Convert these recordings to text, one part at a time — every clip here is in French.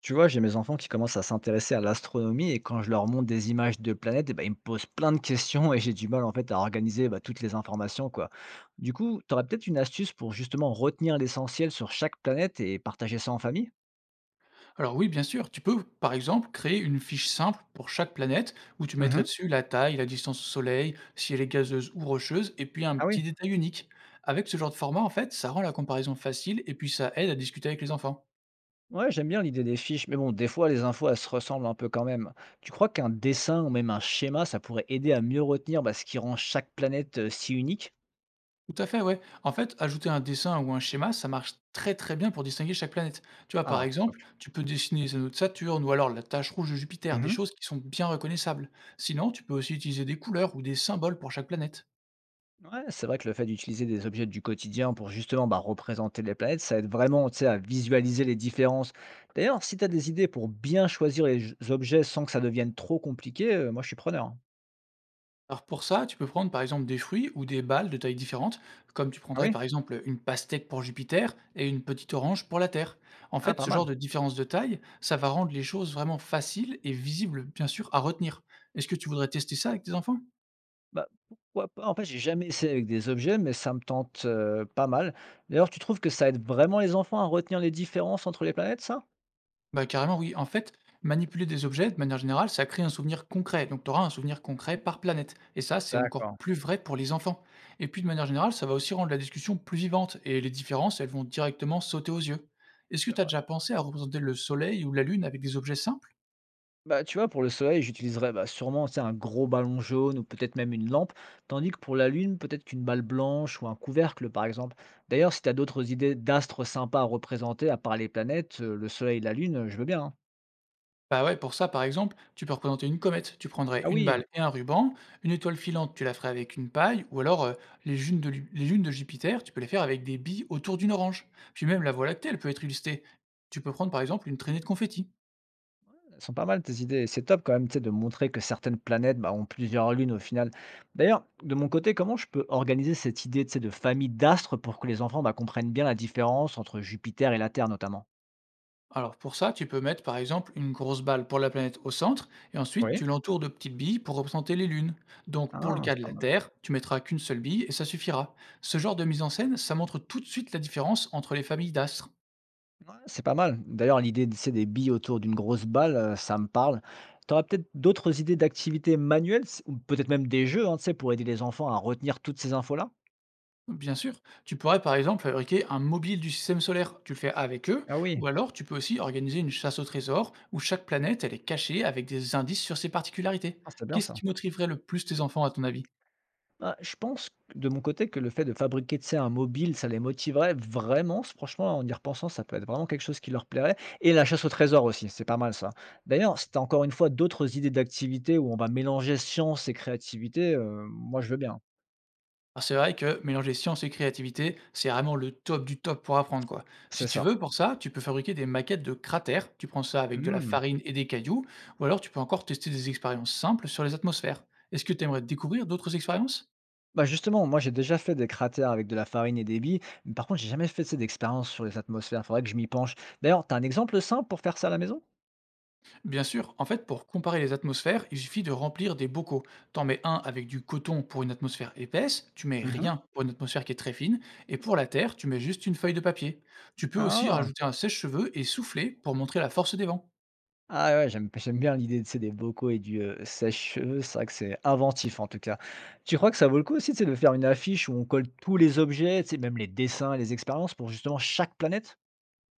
Tu vois, j'ai mes enfants qui commencent à s'intéresser à l'astronomie et quand je leur montre des images de planètes, eh ben, ils me posent plein de questions et j'ai du mal en fait à organiser toutes les informations, quoi. Du coup, tu aurais peut-être une astuce pour justement retenir l'essentiel sur chaque planète et partager ça en famille? Alors oui, bien sûr, tu peux par exemple créer une fiche simple pour chaque planète où tu mettrais Mhm. dessus la taille, la distance au Soleil, si elle est gazeuse ou rocheuse, et puis un Ah oui. petit détail unique. Avec ce genre de format, en fait, ça rend la comparaison facile et puis ça aide à discuter avec les enfants. Ouais, j'aime bien l'idée des fiches, mais bon, des fois les infos elles se ressemblent un peu quand même. Tu crois qu'un dessin ou même un schéma, ça pourrait aider à mieux retenir ce qui rend chaque planète si unique? Tout à fait, ouais. En fait, ajouter un dessin ou un schéma, ça marche très très bien pour distinguer chaque planète. Tu vois, par Ah. exemple, tu peux dessiner les anneaux de Saturne ou alors la tache rouge de Jupiter, des Mhm. choses qui sont bien reconnaissables. Sinon, tu peux aussi utiliser des couleurs ou des symboles pour chaque planète. Ouais, c'est vrai que le fait d'utiliser des objets du quotidien pour justement représenter les planètes, ça aide vraiment, tu sais, à visualiser les différences. D'ailleurs, si tu as des idées pour bien choisir les objets sans que ça devienne trop compliqué, moi je suis preneur, hein. Alors pour ça, tu peux prendre par exemple des fruits ou des balles de tailles différentes, comme tu Ah prendrais oui. par exemple une pastèque pour Jupiter et une petite orange pour la Terre. En Ah, fait, pas ce genre mal. de différence de taille, ça va rendre les choses vraiment faciles et visibles, bien sûr, à retenir. Est-ce que tu voudrais tester ça avec tes enfants? Bah, pourquoi pas? En fait, j'ai jamais essayé avec des objets, mais ça me tente pas mal. D'ailleurs, tu trouves que ça aide vraiment les enfants à retenir les différences entre les planètes, ça? Bah, carrément, oui. En fait, manipuler des objets, de manière générale, ça crée un souvenir concret. Donc, tu auras un souvenir concret par planète. Et ça, c'est encore D'accord. plus vrai pour les enfants. Et puis, de manière générale, ça va aussi rendre la discussion plus vivante. Et les différences, elles vont directement sauter aux yeux. Est-ce que tu as déjà pensé à représenter le soleil ou la lune avec des objets simples? Bah, tu vois, pour le soleil, j'utiliserais sûrement tu sais, un gros ballon jaune ou peut-être même une lampe, tandis que pour la lune, peut-être qu'une balle blanche ou un couvercle, par exemple. D'ailleurs, si tu as d'autres idées d'astres sympas à représenter, à part les planètes, le soleil et la lune, je veux bien, hein. Bah ouais, pour ça, par exemple, tu peux représenter une comète. Tu prendrais Ah une oui. balle et un ruban. Une étoile filante, tu la ferais avec une paille. Ou alors, les lunes de Jupiter, tu peux les faire avec des billes autour d'une orange. Puis même la Voie lactée, elle peut être illustrée. Tu peux prendre, par exemple, une traînée de confetti. Elles sont pas mal tes idées. C'est top quand même tu sais, de montrer que certaines planètes ont plusieurs lunes au final. D'ailleurs, de mon côté, comment je peux organiser cette idée tu sais, de famille d'astres pour que les enfants comprennent bien la différence entre Jupiter et la Terre, notamment? Alors pour ça, tu peux mettre, par exemple, une grosse balle pour la planète au centre. Et ensuite, Oui. tu l'entoures de petites billes pour représenter les lunes. Donc, pour le Ah, cas c'est de pas la mal. Terre, tu mettras qu'une seule bille et ça suffira. Ce genre de mise en scène, ça montre tout de suite la différence entre les familles d'astres. Ouais, c'est pas mal. D'ailleurs, l'idée de c'est des billes autour d'une grosse balle, ça me parle. Tu aurais peut-être d'autres idées d'activités manuelles s ou peut-être même des jeux, hein, tu sais, pour aider les enfants à retenir toutes ces infos-là? Bien sûr, tu pourrais par exemple fabriquer un mobile du système solaire, tu le fais avec eux, Ah oui. ou alors tu peux aussi organiser une chasse au trésor où chaque planète elle est cachée avec des indices sur ses particularités. Ah, c'est bien Qu'est-ce ça. qui motiverait le plus tes enfants à ton avis? Bah, je pense que de mon côté que le fait de fabriquer, tu sais, un mobile, ça les motiverait vraiment. S Franchement, en y repensant, ça peut être vraiment quelque chose qui leur plairait et la chasse au trésor aussi, c'est pas mal ça. D'ailleurs, si tu encore une fois d'autres idées d'activités où on va mélanger science et créativité, moi je veux bien. Ah, c'est vrai que mélanger science et créativité, c'est vraiment le top du top pour apprendre quoi. C'est Si tu ça. veux, pour ça, tu peux fabriquer des maquettes de cratères, tu prends ça avec de la Mmh. farine et des cailloux, ou alors tu peux encore tester des expériences simples sur les atmosphères. Est-ce que tu aimerais découvrir d'autres expériences? Bah, justement, moi, j'ai déjà fait des cratères avec de la farine et des billes, mais par contre, j'ai jamais fait, tu sais, d'expérience sur les atmosphères. Faudrait que je m'y penche. D'ailleurs, t'as un exemple simple pour faire ça à la maison? Bien sûr, en fait, pour comparer les atmosphères, il suffit de remplir des bocaux. T'en mets un avec du coton pour une atmosphère épaisse, tu mets Mhm. rien pour une atmosphère qui est très fine, et pour la terre, tu mets juste une feuille de papier. Tu peux aussi Ah, rajouter un sèche-cheveux et souffler pour montrer la force des vents. ah ouais, j'aime bien l'idée, de, tu sais, des bocaux et du sèche-cheveux. C'est vrai que c'est inventif en tout cas. Tu crois que ça vaut le coup aussi, tu sais, de faire une affiche où on colle tous les objets, tu sais, même les dessins et les expériences pour justement chaque planète?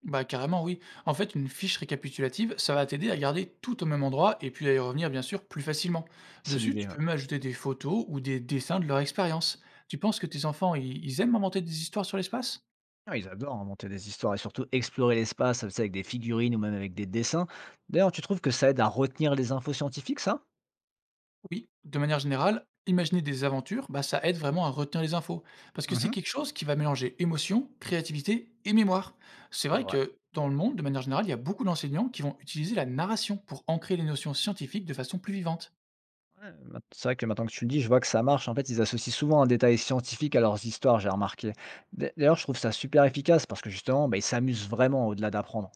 Bah carrément oui. En fait, une fiche récapitulative, ça va t'aider à garder tout au même endroit et puis à y revenir bien sûr plus facilement. C'est Dessus, l'idée, tu ouais. peux même ajouter des photos ou des dessins de leur expérience. Tu penses que tes enfants, ils aiment inventer des histoires sur l'espace? Ah, ils adorent inventer des histoires et surtout explorer l'espace, tu sais, avec des figurines ou même avec des dessins. D'ailleurs, tu trouves que ça aide à retenir les infos scientifiques, ça? Oui, de manière générale, imaginer des aventures, bah, ça aide vraiment à retenir les infos. Parce que c'est Mhm. quelque chose qui va mélanger émotion, créativité et mémoire. C'est C'est vrai vrai. que dans le monde, de manière générale, il y a beaucoup d'enseignants qui vont utiliser la narration pour ancrer les notions scientifiques de façon plus vivante. Ouais, maint C'est vrai que maintenant que tu le dis, je vois que ça marche. En fait, ils associent souvent un détail scientifique à leurs histoires, j'ai remarqué. D'ailleurs, je trouve ça super efficace parce que justement, bah, ils s'amusent vraiment au-delà d'apprendre.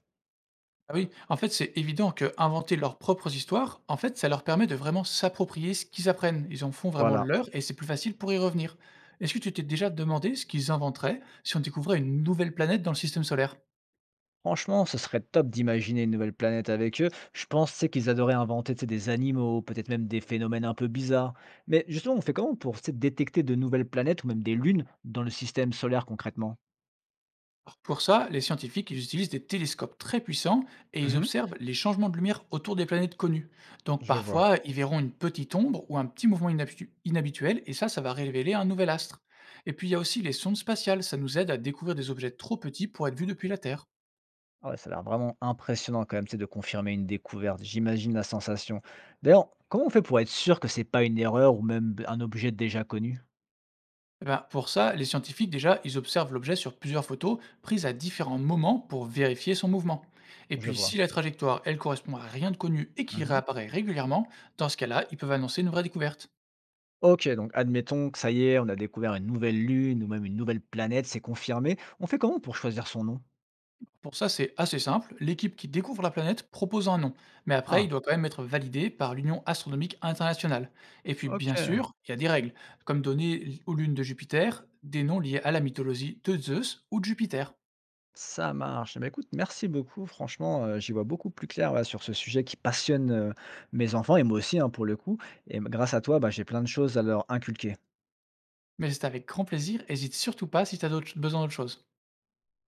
Ah oui, en fait, c'est évident que inventer leurs propres histoires, en fait, ça leur permet de vraiment s'approprier ce qu'ils apprennent. Ils en font vraiment Voilà. leur et c'est plus facile pour y revenir. Est-ce que tu t'es déjà demandé ce qu'ils inventeraient si on découvrait une nouvelle planète dans le système solaire? Franchement, ce serait top d'imaginer une nouvelle planète avec eux. Je pense, c'est qu'ils adoraient inventer, tu sais, des animaux, peut-être même des phénomènes un peu bizarres. Mais justement, on fait comment pour, tu sais, détecter de nouvelles planètes ou même des lunes dans le système solaire concrètement? Alors, pour ça, les scientifiques ils utilisent des télescopes très puissants et ils Mhm. observent les changements de lumière autour des planètes connues. Donc Je vois. parfois, ils verront une petite ombre ou un petit mouvement inhabituel et ça va révéler un nouvel astre. Et puis il y a aussi les sondes spatiales, ça nous aide à découvrir des objets trop petits pour être vus depuis la Terre. Ah ouais, ça a l'air vraiment impressionnant quand même, tu sais, de confirmer une découverte. J'imagine la sensation. D'ailleurs, comment on fait pour être sûr que c'est pas une erreur ou même un objet déjà connu? Eh ben, pour ça, les scientifiques déjà, ils observent l'objet sur plusieurs photos prises à différents moments pour vérifier son mouvement. Et Je puis vois. si la trajectoire, elle correspond à rien de connu et qu'il Mhm. réapparaît régulièrement, dans ce cas-là, ils peuvent annoncer une vraie découverte. Ok, donc admettons que ça y est, on a découvert une nouvelle lune ou même une nouvelle planète, c'est confirmé. On fait comment pour choisir son nom? Pour ça, c'est assez simple. L'équipe qui découvre la planète propose un nom, mais après, il Ah, doit quand même être validé par l'Union astronomique internationale. Et puis, bien ok, sûr, il y a des règles, comme donner aux lunes de Jupiter des noms liés à la mythologie de Zeus ou de Jupiter. ça marche. Mais écoute, merci beaucoup. Franchement, j'y vois beaucoup plus clair ouais, sur ce sujet qui passionne mes enfants et moi aussi hein, pour le coup. Et grâce à toi, bah, j'ai plein de choses à leur inculquer. Mais c'est avec grand plaisir, hésite surtout pas si tu as besoin d'autre chose.